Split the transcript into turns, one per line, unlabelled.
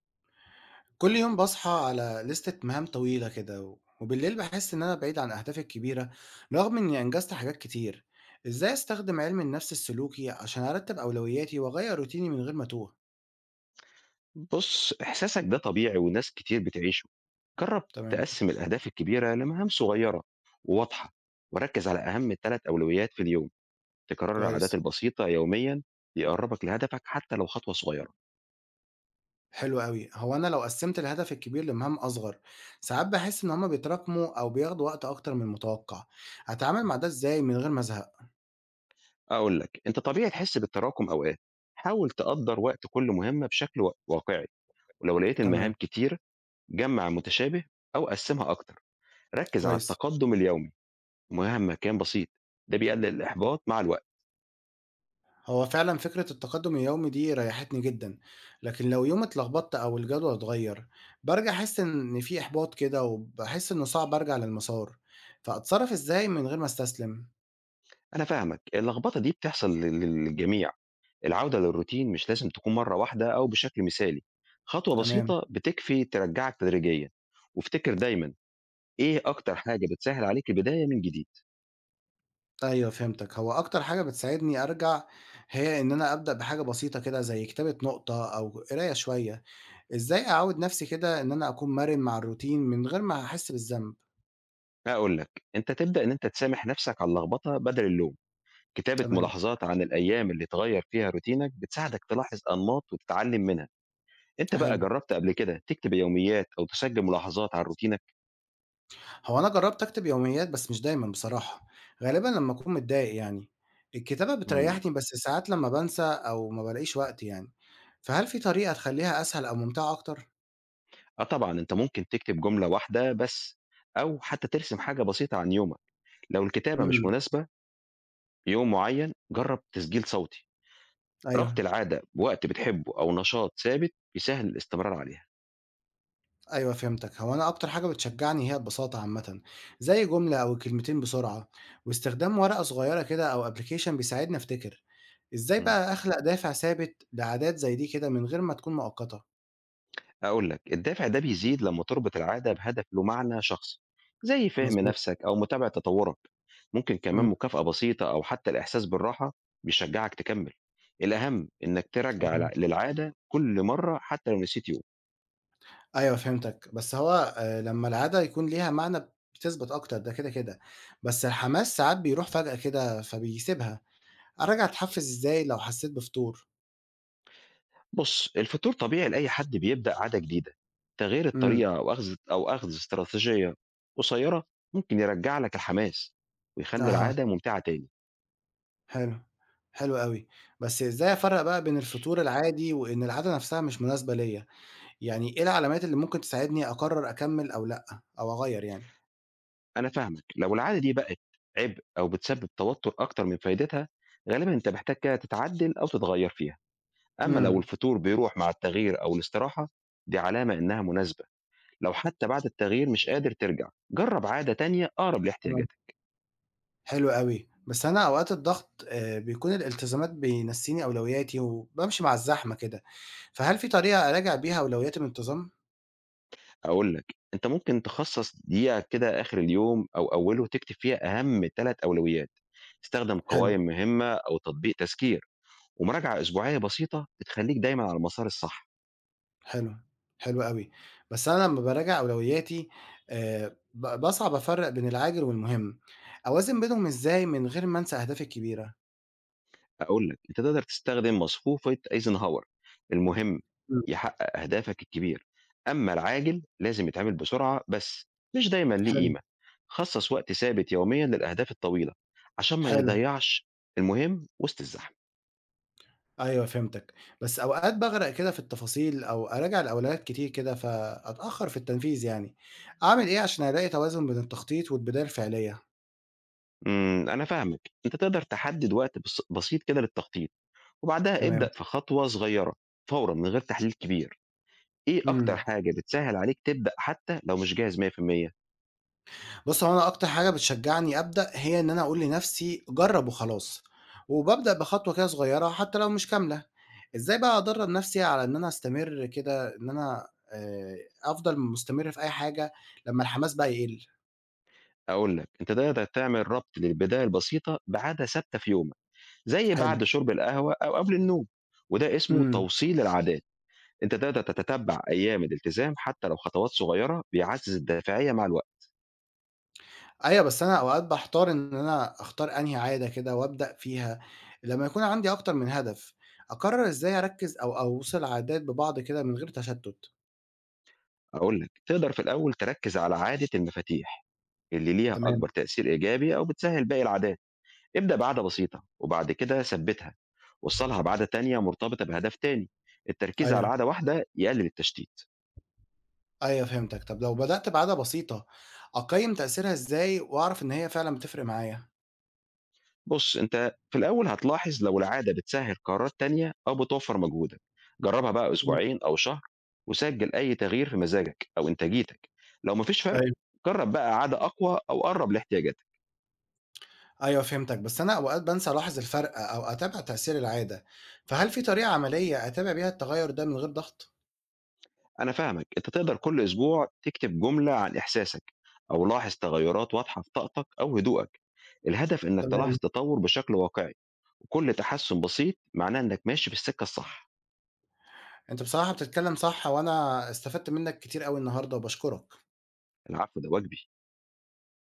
كل يوم باصحى على لستة مهام طويلة كده و- وبالليل بحس إن أنا بعيد عن أهدافي الكبيرة رغم إني أنجزت حاجات كتير. إزاي أستخدم علم النفس السلوكي عشان أرتب أولوياتي وأغير روتيني من غير ما أتوه؟
بُص، إحساسك ده طبيعي وناس كتير بتعيشه. جرّب
تمام.
تقسّم الأهداف الكبيرة لمهام صغيرة وواضحة، وركّز على أهم 3 أولويات في اليوم. تكرار العادات
كويس.
البسيطة يوميًا بيقرّبك لهدفك حتى لو خطوة صغيرة.
حلو أوي. هو أنا لو قسمت الهدف الكبير لمهام أصغر ساعات بحس إن هما بيتراكموا أو بياخدوا وقت أكتر من المتوقع، أتعامل
إمم.
مع ده إزاي من غير ما أزهق؟
أقول لك، أنت طبيعي تحس بالتراكم أوقات، حاول تقدّر وقت كل مهمة بشكل واقعي، ولو لقيت
تمام.
المهام كتير جمّع متشابه أو قسّمها أكتر. ركّز على
كويس.
التقدّم اليومي مهما كان بسيط، ده بيقلل الإحباط مع الوقت.
هو فعلا فكرة التقدم اليومي دي ريحتني جدا، لكن لو يوم اتلخبطت أو الجدول اتغير برجع أحس إن في إحباط كده وبحس إنه صعب أرجع للمسار، فأتصرف إزاي من غير ما أستسلم؟
أنا فاهمك، اللخبطة دي بتحصل للجميع، العودة للروتين مش لازم تكون مرة واحدة أو بشكل مثالي، خطوة
تمام.
بسيطة بتكفي ترجعك تدريجيًا، وافتكر دايمًا إيه أكتر حاجة بتسهل عليك البداية من جديد،
أيوه فهمتك. هو أكتر حاجة بتساعدني أرجع هي إن أنا أبدأ بحاجة بسيطة كده زي كتابة نقطة أو قراية شوية. إزاي أعود نفسي كده إن أنا أكون مرن مع الروتين من غير ما أحس بالذنب؟
هاقول لك أنت تبدأ إن أنت تسامح نفسك على اللخبطة بدل اللوم، كتابة
تمام.
ملاحظات عن الأيام اللي اتغير فيها روتينك بتساعدك تلاحظ أنماط وتتعلم منها، أنت بقى
حلو.
جربت قبل كده تكتب يوميات أو تسجل ملاحظات عن روتينك؟
هو أنا جرّبت أكتب يوميات بس مش دايمًا بصراحة، غالبًا لمّا أكون متضايق يعني. الكتابة
إمم.
بتريّحني بس ساعات لمّا بانسى أو ما بالاقيش وقت يعني، فهل في طريقة تخلّيها أسهل أو ممتعة أكتر؟
آه طبعًا، أنت ممكن تكتب جملة واحدة بس أو حتى ترسم حاجة بسيطة عن يومك، لو الكتابة مش
إمم.
مناسبة ليوم معين جرّب تسجيل صوتي، ربط
أيوه.
العادة بوقت بتحبه أو نشاط ثابت بيسهّل الاستمرار عليها.
أيوه فهمتك. هو أنا أكتر حاجة بتشجّعني هي البساطة عامةً، زي جملة أو كلمتين بسرعة، واستخدام ورقة صغيّرة كده أو application بيساعدني أفتكر. إزاي
إمم.
بقى أخلق دافع ثابت لعادات زي دي كده من غير ما تكون مؤقتة؟
أقول لك الدافع ده بيزيد لمّا تربط العادة بهدف له معنى شخصي، زي فهم
مضبوط.
نفسك أو متابعة تطوّرك، ممكن كمان
إمم.
مكافأة بسيطة أو حتى الإحساس بالراحة بيشجّعك تكمّل، الأهم إنك ترجّع
أيوه.
للعادة كل مرّة حتى لو نسيت يوم.
أيوه فهمتك، بس هو لمّا العادة يكون ليها معنى بتثبت أكتر ده كده، بس الحماس ساعات بيروح فجأة كده فبيسيبها. أراجع أتحفّز إزاي لو حسّيت بفتور؟
بُص، الفطور طبيعي لأي حد بيبدأ عادة جديدة، تغيير
إمم.
الطريقة أو أخذ استراتيجية قصيرة ممكن يرجّع لك الحماس، ويخلّي
أها.
العادة ممتعة تاني،
حلو. حلو أوي. بس إزاي أفرّق بقى بين الفتور العادي وإن العادة نفْسها مش مناسبة ليّا؟ يعني إيه العلامات اللي ممكن تساعدني أقرّر أكمّل أو لأ، أو أغيّر يعني؟
أنا فاهمك، لو العادة دي بقت عبء أو بتسبب توتر أكتر من فايدتها، غالبًا أنت محتاج كده تتعدل أو تتغيّر فيها، أمّا لو
إمم.
الفطور بيروح مع التغيير أو الاستراحة، دي علامة إنها مناسبة، لو حتى بعد التغيير مش قادر ترجع، جرّب عادة تانية أقرب لاحتياجاتك.
حلو أوي، بس أنا أوقات الضغط بيكون الالتزامات بينسيني أولوياتي وبامشي مع الزحمة كده، فهل في طريقة أراجع بيها أولوياتي بانتظام؟
هاقول لك، أنت ممكن تخصص دقيقة كده آخر اليوم أو أوله تكتب فيها أهم 3 أولويات، استخدم
حلو.
قوائم مهمة أو تطبيق تذكير، ومراجعة أسبوعية بسيطة بتخليك دايمًا على المسار الصح،
حلو. حلو أوي. بس أنا لمّا باراجع أولوياتي ب باصعب أفرّق بين العاجل والمهم. أوازن بينهم إزاي من غير ما أنسى أهدافي الكبيرة؟
هاقول لك أنت تقدر تستخدم مصفوفة أيزنهاور، المهم
إمم.
يحقق أهدافك الكبير، أما العاجل لازم يتعمل بسرعة بس مش دايمًا ليه
حلو.
قيمة، خصص وقت ثابت يوميًا للأهداف الطويلة عشان ما
حلو.
يضيعش المهم وسط الزحمة.
أيوه فهمتك، بس أوقات باغرق كده في التفاصيل أو أراجع الأولويات كتير كده فأتأخر في التنفيذ يعني. أعمل إيه عشان ألاقي توازن بين التخطيط والبداية الفعلية؟
إمم، أنا فاهمِك، أنت تقدر تحدد وقت بس بسيط كده للتخطيط، وبعدها
تمام.
ابدأ في خطوة صغيرة فورًا من غير تحليل كبير، إيه أكتر
إمم.
حاجة بتسهّل عليك تبدأ حتى لو مش جاهز 100%؟
بُص، هو أنا أكتر حاجة بتشجعني أبدأ هي إن أنا أقول لنفسي جرّب وخلاص، وبابدأ بخطوة كده صغيرة حتى لو مش كاملة. إزاي بقى أدرّب نفسي على إن أنا أستمر كده إن أنا آآ، أفضل مستمر في أي حاجة لمّا الحماس بقى يقل؟
هاقول لك، أنت تقدر تعمل ربط للبداية البسيطة بعادة ثابتة في يومك، زي
حلو.
بعد شرب القهوة أو قبل النوم، وده اسمه
إمم.
توصيل العادات، أنت تقدر تتتبع أيام الالتزام حتى لو خطوات صغيرة بيعزّز الدافعية مع الوقت،
أيوه، بس أنا أوقات باحتار إن أنا أختار أنهي عادة كده وأبدأ فيها، لمّا يكون عندي أكتر من هدف. أقرر إزاي أركّز أو أوصِل عادات ببعض كده من غير تشتُّت؟
هاقول لك، تقدر في الأول تركّز على عادة المفاتيح اللي ليها
تمام.
أكبر تأثير إيجابي أو بتسهّل باقي العادات. ابدأ بعادة بسيطة وبعد كده ثبّتها، وصّلها بعادة تانية مرتبطة بهدف تاني. التركيز على
أيوه.
عادة واحدة يقلل التشتيت.
أيوه فهمتك. طب لو بدأت بعادة بسيطة، أقيّم تأثيرها إزاي وأعرف إن هي فعلًا بتفرق معايا؟
بُص، أنت في الأول هتلاحظ لو العادة بتسهّل قرارات تانية أو بتوفّر مجهودك. جرّبها بقى
إمم.
أسبوعين أو شهر وسجّل أي تغيير في مزاجك أو إنتاجيتك. لو ما فيش فرق،
أيوه.
جرّب بقى عادة أقوى أو قرّب لاحتياجاتك.
أيوه فهمتك، بس أنا أوقات بانسى ألاحظ الفرق أو أتابع تأثير العادة، فهل في طريقة عملية أتابع بيها التغيُّر ده من غير ضغط؟
أنا فاهمك، أنت تقدر كل أسبوع تكتب جملة عن إحساسك أو لاحظ تغيرات واضحة في طاقتك أو هدوءك، الهدف إنك
تمام.
تلاحظ تطور بشكل واقعي، وكل تحسن بسيط معناه إنك ماشي في السكة الصح،
أنت بصراحة بتتكلّم صح وأنا استفدت منّك كتير أوي النهارده وباشكرك.
العفو ده واجبي.